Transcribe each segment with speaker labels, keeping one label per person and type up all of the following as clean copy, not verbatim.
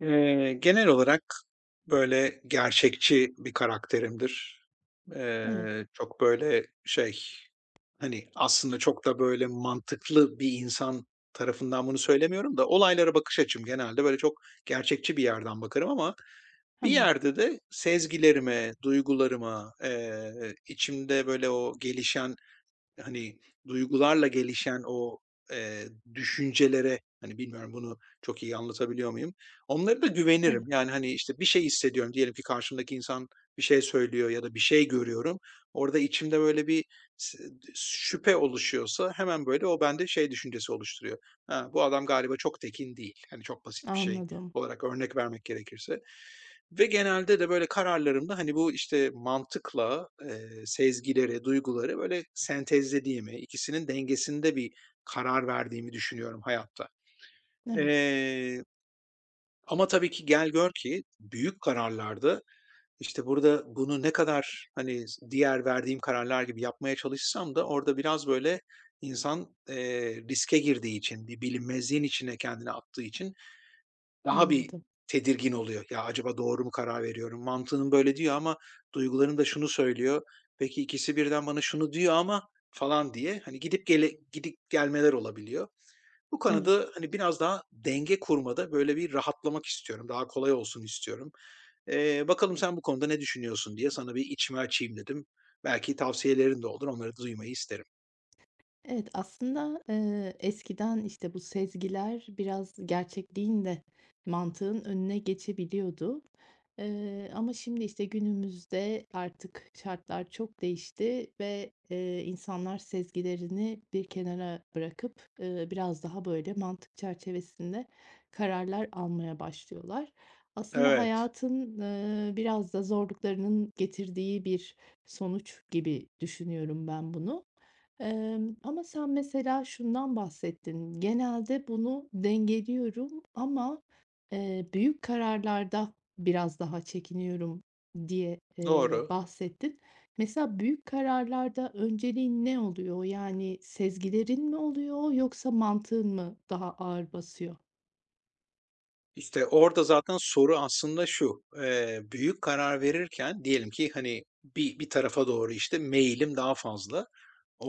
Speaker 1: Genel olarak böyle gerçekçi bir karakterimdir.
Speaker 2: Evet,
Speaker 1: Çok böyle şey, hani, aslında çok da böyle mantıklı bir insan tarafından bunu söylemiyorum da olaylara bakış açım genelde böyle çok gerçekçi bir yerden bakarım ama bir
Speaker 2: anladım.
Speaker 1: yerde de sezgilerime, duygularıma, içimde böyle o gelişen hani, duygularla gelişen o, eee, düşüncelere, hani, bilmiyorum bunu çok iyi anlatabiliyor muyum? Onlara da güvenirim.
Speaker 2: Evet,
Speaker 1: Yani, hani, işte, bir şey hissediyorum. Diyelim ki karşımdaki insan bir şey söylüyor ya da bir şey görüyorum. Orada içimde böyle bir s şüphe oluşuyorsa hemen, böyle, o bende şey düşüncesi oluşturuyor. "Ha, bu adam galiba çok tekin değil." Hani, çok basit bir şey
Speaker 2: anladım.
Speaker 1: olarak örnek vermek gerekirse. Ve genelde de böyle kararlarımda, hani, bu, işte, mantıkla, sezgileri, duyguları böyle sentezlediğimi, ikisinin dengesinde bir karar verdiğimi düşünüyorum hayatta.
Speaker 2: Evet,
Speaker 1: Eee, Ama tabii ki gel gör ki büyük kararlarda, işte, burada bunu ne kadar, hani, diğer verdiğim kararlar gibi yapmaya çalışsam da orada biraz böyle insan, riske girdiği için, bir bilinmezliğin içine kendini attığı için daha bir
Speaker 2: anladım.
Speaker 1: tedirgin oluyor. Ya, acaba doğru mu karar veriyorum? Mantığın böyle diyor ama duyguların da şunu söylüyor. Peki ikisi birden bana şunu diyor ama falan diye, hani, gidip gele gidip gelmeler olabiliyor. Bu
Speaker 2: Evet.
Speaker 1: konuda, hani, biraz daha denge kurmada böyle bir rahatlamak istiyorum. Daha kolay olsun istiyorum. Bakalım sen bu konuda ne düşünüyorsun diye sana bir içimi açayım dedim. Belki tavsiyelerin de olur. Onları duymayı isterim.
Speaker 2: Evet, aslında, eskiden, işte, bu sezgiler biraz gerçekliğin de mantığın önüne geçebiliyordu. Ama şimdi, işte, günümüzde artık şartlar çok değişti ve, insanlar sezgilerini bir kenara bırakıp, biraz daha, böyle, mantık çerçevesinde kararlar almaya başlıyorlar. Aslında
Speaker 1: Evet,
Speaker 2: hayatın, biraz da zorluklarının getirdiği bir sonuç gibi düşünüyorum ben bunu. Ama sen mesela şundan bahsettin: "Genelde bunu dengeliyorum ama, büyük kararlarda biraz daha çekiniyorum." diye,
Speaker 1: doğru.
Speaker 2: bahsettin. Mesela büyük kararlarda önceliğin ne oluyor? Yani sezgilerin mi oluyor yoksa mantığın mı daha ağır basıyor?
Speaker 1: İşte, orada zaten soru aslında şu: büyük karar verirken diyelim ki, hani, bir tarafa doğru, işte, meyilim daha fazla.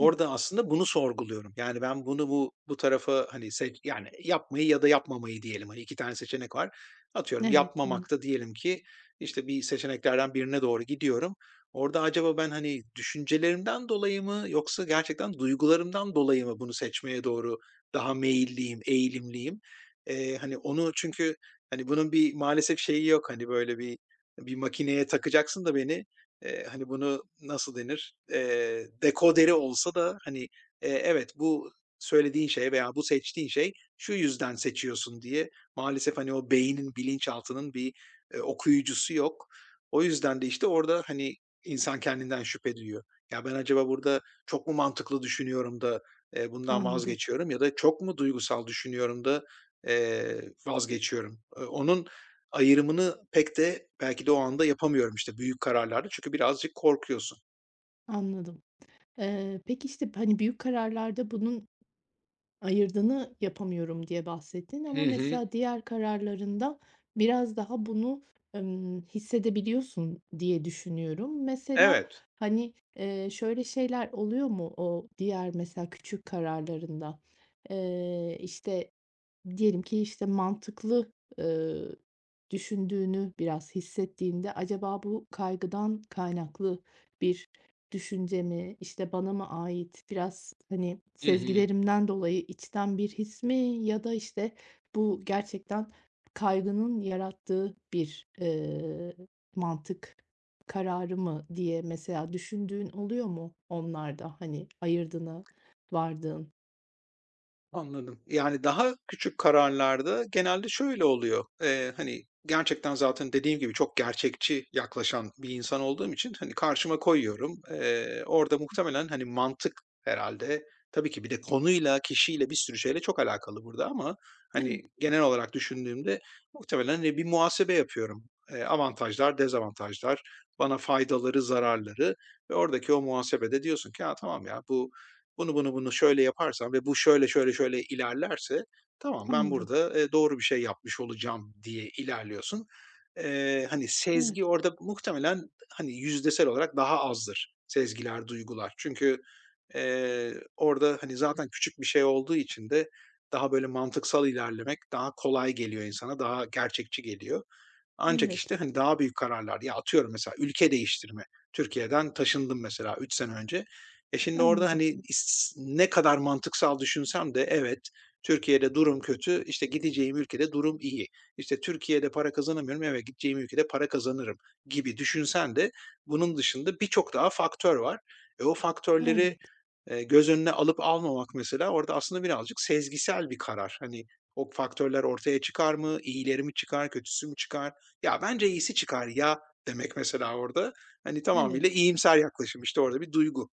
Speaker 2: Evet,
Speaker 1: aslında bunu sorguluyorum. Yani ben bunu bu tarafa, hani, seç yani yapmayı ya da yapmamayı diyelim, hani, 2 tane seçenek var. Atıyorum
Speaker 2: evet,
Speaker 1: yapmamakta diyelim ki, işte, bir seçeneklerden birine doğru gidiyorum. Orada acaba ben, hani, düşüncelerimden dolayı mı yoksa gerçekten duygularımdan dolayı mı bunu seçmeye doğru daha meyilliyim, eğilimliyim? Hani, onu çünkü, hani, bunun bir maalesef şeyi yok, hani, böyle bir makineye takacaksın da beni, hani, bunu nasıl denir? Dekoderi olsa da, hani, evet, bu söylediğin şey veya bu seçtiğin şey şu yüzden seçiyorsun diye maalesef, hani, o beynin, bilinçaltının bir, okuyucusu yok. O yüzden de, işte, orada, hani, insan kendinden şüphe duyuyor. Ya, ben acaba burada çok mu mantıklı düşünüyorum da, bundan
Speaker 2: anladım,
Speaker 1: vazgeçiyorum ya da çok mu duygusal düşünüyorum da, eee, vazgeçiyorum? Onun ayrımını pek de belki de o anda yapamıyorum, işte, büyük kararlarda çünkü birazcık korkuyorsun.
Speaker 2: anladım. Peki, işte, hani, büyük kararlarda bunun ayırdığını yapamıyorum diye bahsettin
Speaker 1: Hı
Speaker 2: ama
Speaker 1: hı.
Speaker 2: mesela diğer kararlarında biraz daha bunu, hissedebiliyorsun diye düşünüyorum. Mesela,
Speaker 1: Evet.
Speaker 2: hani, şöyle şeyler oluyor mu o diğer mesela küçük kararlarında? İşte diyelim ki, işte, mantıklı, ııı, düşündüğünü biraz hissettiğinde acaba bu kaygıdan kaynaklı bir düşünce mi, işte, bana mı ait, biraz, hani,
Speaker 1: Hı hı.
Speaker 2: sezgilerimden dolayı içten bir his mi ya da, işte, bu gerçekten kaygının yarattığı bir, mantık kararı mı diye mesela düşündüğün oluyor mu onlarda, hani, ayırdına vardığın?
Speaker 1: Anladım. Yani daha küçük kararlarda genelde şöyle oluyor. Hani gerçekten zaten dediğim gibi çok gerçekçi yaklaşan bir insan olduğum için hani karşıma koyuyorum. Orada muhtemelen hani mantık herhalde. Tabii ki bir de konuyla, kişiyle bir sürü şeyle çok alakalı burada ama hani
Speaker 2: Evet,
Speaker 1: genel olarak düşündüğümde muhtemelen hani bir muhasebe yapıyorum. Avantajlar, dezavantajlar, bana faydaları, zararları ve oradaki o muhasebede diyorsun ki ya tamam ya bu bunu, bunu, bunu şöyle yaparsam ve bu şöyle, şöyle, şöyle ilerlerse tamam ben
Speaker 2: anladım.
Speaker 1: burada, doğru bir şey yapmış olacağım diye ilerliyorsun. Hani, sezgi
Speaker 2: Evet,
Speaker 1: orada muhtemelen, hani, yüzdesel olarak daha azdır sezgiler, duygular. Çünkü, orada, hani, zaten küçük bir şey olduğu için de daha böyle mantıksal ilerlemek daha kolay geliyor insana, daha gerçekçi geliyor. Ancak,
Speaker 2: evet.
Speaker 1: işte, hani, daha büyük kararlar, ya, atıyorum mesela ülke değiştirme. Türkiye'den taşındım mesela 3 sene önce. E, şimdi orada,
Speaker 2: Anladım.
Speaker 1: hani, ne kadar mantıksal düşünsem de evet, Türkiye'de durum kötü, işte, gideceğim ülkede durum iyi. İşte, Türkiye'de para kazanamıyorum, evet, gideceğim ülkede para kazanırım gibi düşünsen de bunun dışında birçok daha faktör var. E, o faktörleri,
Speaker 2: Evet,
Speaker 1: göz önüne alıp almamak mesela orada aslında birazcık sezgisel bir karar. Hani, o faktörler ortaya çıkar mı? İyileri mi çıkar, kötüsü mü çıkar? "Ya, bence iyisi çıkar ya." demek mesela orada. Hani,
Speaker 2: evet.
Speaker 1: tamamıyla iyimser yaklaşım, işte, orada bir duygu.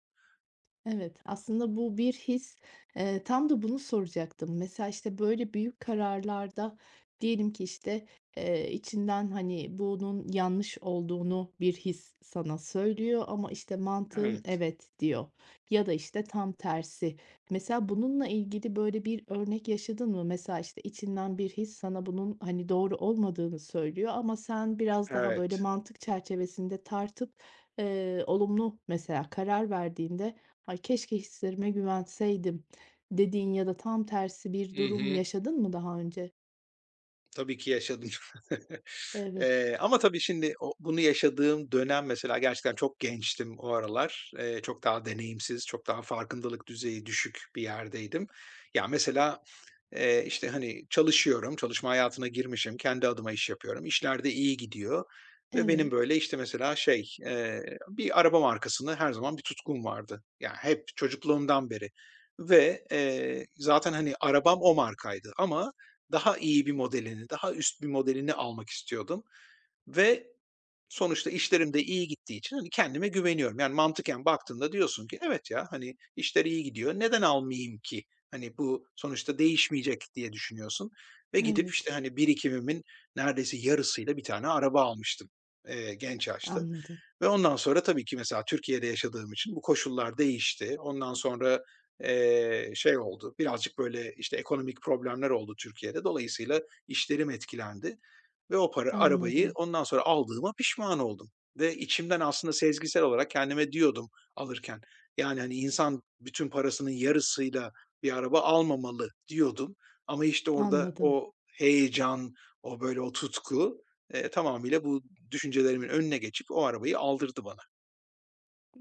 Speaker 2: Evet, aslında bu bir his. Tam da bunu soracaktım. Mesela, işte, böyle, büyük kararlarda diyelim ki, işte, içinden, hani, bunun yanlış olduğunu bir his sana söylüyor ama, işte, mantığın
Speaker 1: Evet,
Speaker 2: "evet" diyor ya da, işte, tam tersi. Mesela bununla ilgili böyle bir örnek yaşadın mı? Mesela, işte, içinden bir his sana bunun, hani, doğru olmadığını söylüyor ama sen biraz daha, böyle,
Speaker 1: evet.
Speaker 2: mantık çerçevesinde tartıp, olumlu mesela karar verdiğinde "Ay, keşke hislerime güvenseydim" dediğin ya da tam tersi bir
Speaker 1: Hı
Speaker 2: durum
Speaker 1: hı.
Speaker 2: yaşadın mı daha önce?
Speaker 1: Tabii ki yaşadım.
Speaker 2: Evet,
Speaker 1: Ama tabii şimdi o bunu yaşadığım dönem mesela gerçekten çok gençtim o aralar. Çok daha deneyimsiz, çok daha farkındalık düzeyi düşük bir yerdeydim. Ya, mesela, işte, hani, çalışıyorum, çalışma hayatına girmişim, kendi adıma iş yapıyorum. İşler de iyi gidiyor ve benim,
Speaker 2: evet,
Speaker 1: böyle, işte, mesela şey, bir araba markasını her zaman bir tutkum vardı. Yani hep çocukluğumdan beri ve, zaten, hani, arabam o markaydı ama daha iyi bir modelini, daha üst bir modelini almak istiyordum ve sonuçta işlerim de iyi gittiği için, hani, kendime güveniyorum. Yani mantıken baktığında diyorsun ki, "Evet ya, hani, işler iyi gidiyor, neden almayayım ki? Hani, bu sonuçta değişmeyecek." diye düşünüyorsun ve gidip,
Speaker 2: evet.
Speaker 1: işte, hani, birikimimin neredeyse yarısıyla bir tane araba almıştım, genç yaşta.
Speaker 2: Anladım,
Speaker 1: Ve ondan sonra tabii ki mesela Türkiye'de yaşadığım için bu koşullar değişti. Ondan sonra, şey oldu, birazcık böyle, işte, ekonomik problemler oldu Türkiye'de. Dolayısıyla işlerim etkilendi ve o para arabayı
Speaker 2: anladım,
Speaker 1: ondan sonra aldığıma pişman oldum ve içimden aslında sezgisel olarak kendime diyordum alırken, yani, hani, insan bütün parasının yarısıyla bir araba almamalı." diyordum ama, işte, orada
Speaker 2: anladım.
Speaker 1: o heyecan, o, böyle, o tutku tamamıyla bu düşüncelerimin önüne geçip o arabayı aldırdı bana.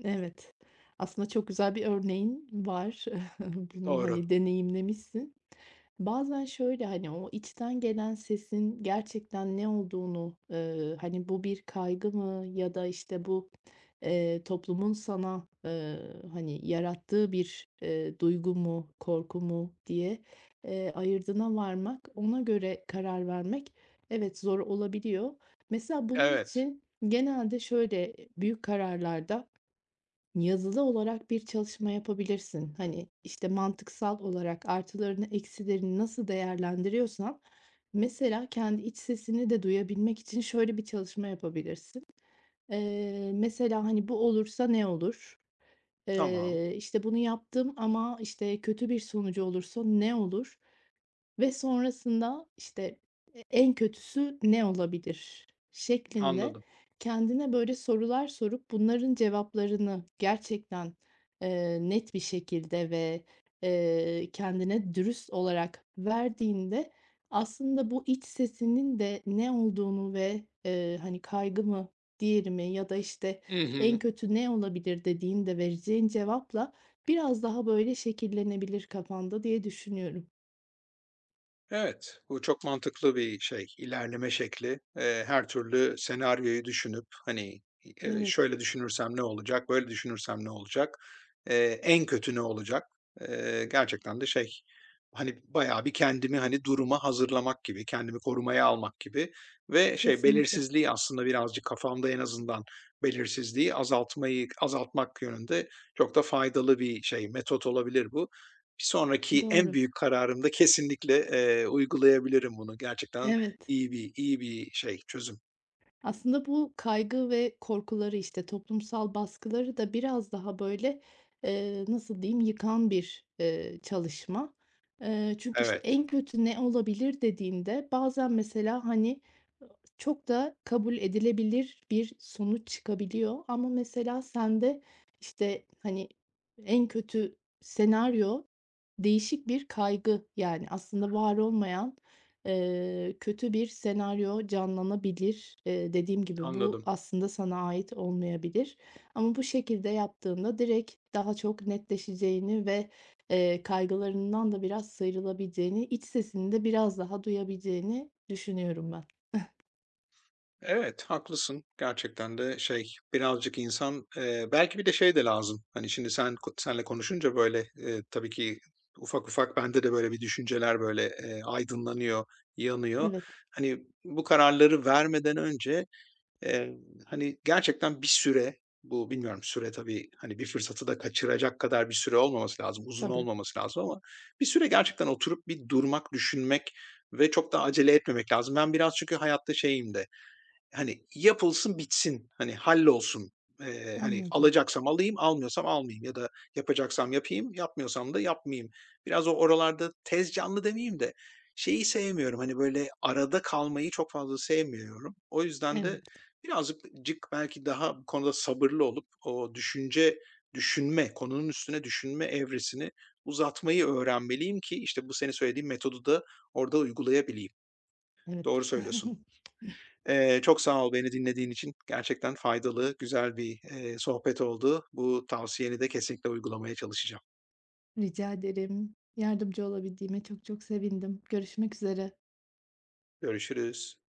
Speaker 2: Evet. Aslında çok güzel bir örneğin var. Bunu
Speaker 1: Doğru.
Speaker 2: hani deneyimlemişsin. Bazen şöyle, hani, o içten gelen sesin gerçekten ne olduğunu, hani, bu bir kaygı mı ya da, işte, bu, toplumun sana, hani, yarattığı bir, duygu mu, korku mu diye, ayırdına varmak, ona göre karar vermek, evet, zor olabiliyor. Mesela bunun
Speaker 1: Evet.
Speaker 2: için genelde şöyle, büyük kararlarda yazılı olarak bir çalışma yapabilirsin. Hani, işte, mantıksal olarak artılarını, eksilerini nasıl değerlendiriyorsan, mesela kendi iç sesini de duyabilmek için şöyle bir çalışma yapabilirsin. Mesela, hani, bu olursa ne olur?
Speaker 1: Tamam,
Speaker 2: İşte, bunu yaptım ama, işte, kötü bir sonucu olursa ne olur? Ve sonrasında, işte, en kötüsü ne olabilir şeklinde
Speaker 1: anladım.
Speaker 2: kendine böyle sorular sorup bunların cevaplarını gerçekten, net bir şekilde ve, kendine dürüst olarak verdiğinde aslında bu iç sesinin de ne olduğunu ve, hani, kaygı mı, diğeri mi ya da, işte,
Speaker 1: Hı hı.
Speaker 2: en kötü ne olabilir dediğinde vereceğin cevapla biraz daha böyle şekillenebilir kafanda diye düşünüyorum.
Speaker 1: Evet, bu çok mantıklı bir şey, ilerleme şekli. Her türlü senaryoyu düşünüp, hani,
Speaker 2: Evet.
Speaker 1: şöyle düşünürsem ne olacak, böyle düşünürsem ne olacak, en kötü ne olacak? Gerçekten de şey, hani, bayağı bir kendimi, hani, duruma hazırlamak gibi, kendimi korumaya almak gibi ve şey,
Speaker 2: Kesinlikle,
Speaker 1: belirsizliği aslında birazcık kafamda en azından belirsizliği azaltmayı azaltmak yönünde çok da faydalı bir şey, metot olabilir bu. Bir sonraki en
Speaker 2: doğru.
Speaker 1: büyük kararımda kesinlikle, uygulayabilirim bunu. Gerçekten
Speaker 2: Evet,
Speaker 1: iyi bir şey, çözüm.
Speaker 2: aslında bu kaygı ve korkuları, işte, toplumsal baskıları da biraz daha, böyle, nasıl diyeyim, yıkan bir, çalışma. Çünkü, işte,
Speaker 1: Evet,
Speaker 2: en kötü ne olabilir dediğinde bazen mesela, hani, çok da kabul edilebilir bir sonuç çıkabiliyor ama mesela sende, işte, hani, en kötü senaryo değişik bir kaygı, yani, aslında var olmayan kötü bir senaryo canlanabilir. Dediğim gibi bu
Speaker 1: anladım.
Speaker 2: aslında sana ait olmayabilir ama bu şekilde yaptığında direkt daha çok netleşeceğini ve, kaygılarından da biraz sıyrılabileceğini, iç sesini de biraz daha duyabileceğini düşünüyorum ben.
Speaker 1: Evet, haklısın. Gerçekten de şey, birazcık insan, belki bir de şey de lazım. Hani, şimdi sen seninle konuşunca böyle, tabii ki ufak ufak bende de böyle bir düşünceler böyle, aydınlanıyor, yanıyor.
Speaker 2: Evet,
Speaker 1: Hani, bu kararları vermeden önce Eee, hani, gerçekten bir süre, bu bilmiyorum süre tabii, hani, bir fırsatı da kaçıracak kadar bir süre olmaması lazım, uzun
Speaker 2: tabii,
Speaker 1: olmaması lazım ama bir süre gerçekten oturup bir durmak, düşünmek ve çok da acele etmemek lazım. Ben biraz çünkü hayatta şeyim de, hani, yapılsın bitsin, hani, hallolsun. Hani,
Speaker 2: anladım.
Speaker 1: alacaksam alayım, almıyorsam almayayım ya da yapacaksam yapayım, yapmıyorsam da yapmayayım. Biraz o oralarda tez canlı demeyeyim de şeyi sevmiyorum, hani, böyle, arada kalmayı çok fazla sevmiyorum. O yüzden de
Speaker 2: Evet,
Speaker 1: birazcık belki daha bu konuda sabırlı olup o düşünce, düşünme, konunun üstüne düşünme evresini uzatmayı öğrenmeliyim ki, işte, bu senin söylediğin metodu da orada uygulayabileyim. Doğru
Speaker 2: evet.
Speaker 1: söylüyorsun. Çok sağ ol beni dinlediğin için. Gerçekten faydalı, güzel bir, sohbet oldu. Bu tavsiyeni de kesinlikle uygulamaya çalışacağım.
Speaker 2: Rica ederim. Yardımcı olabildiğime çok çok sevindim. Görüşmek üzere.
Speaker 1: Görüşürüz.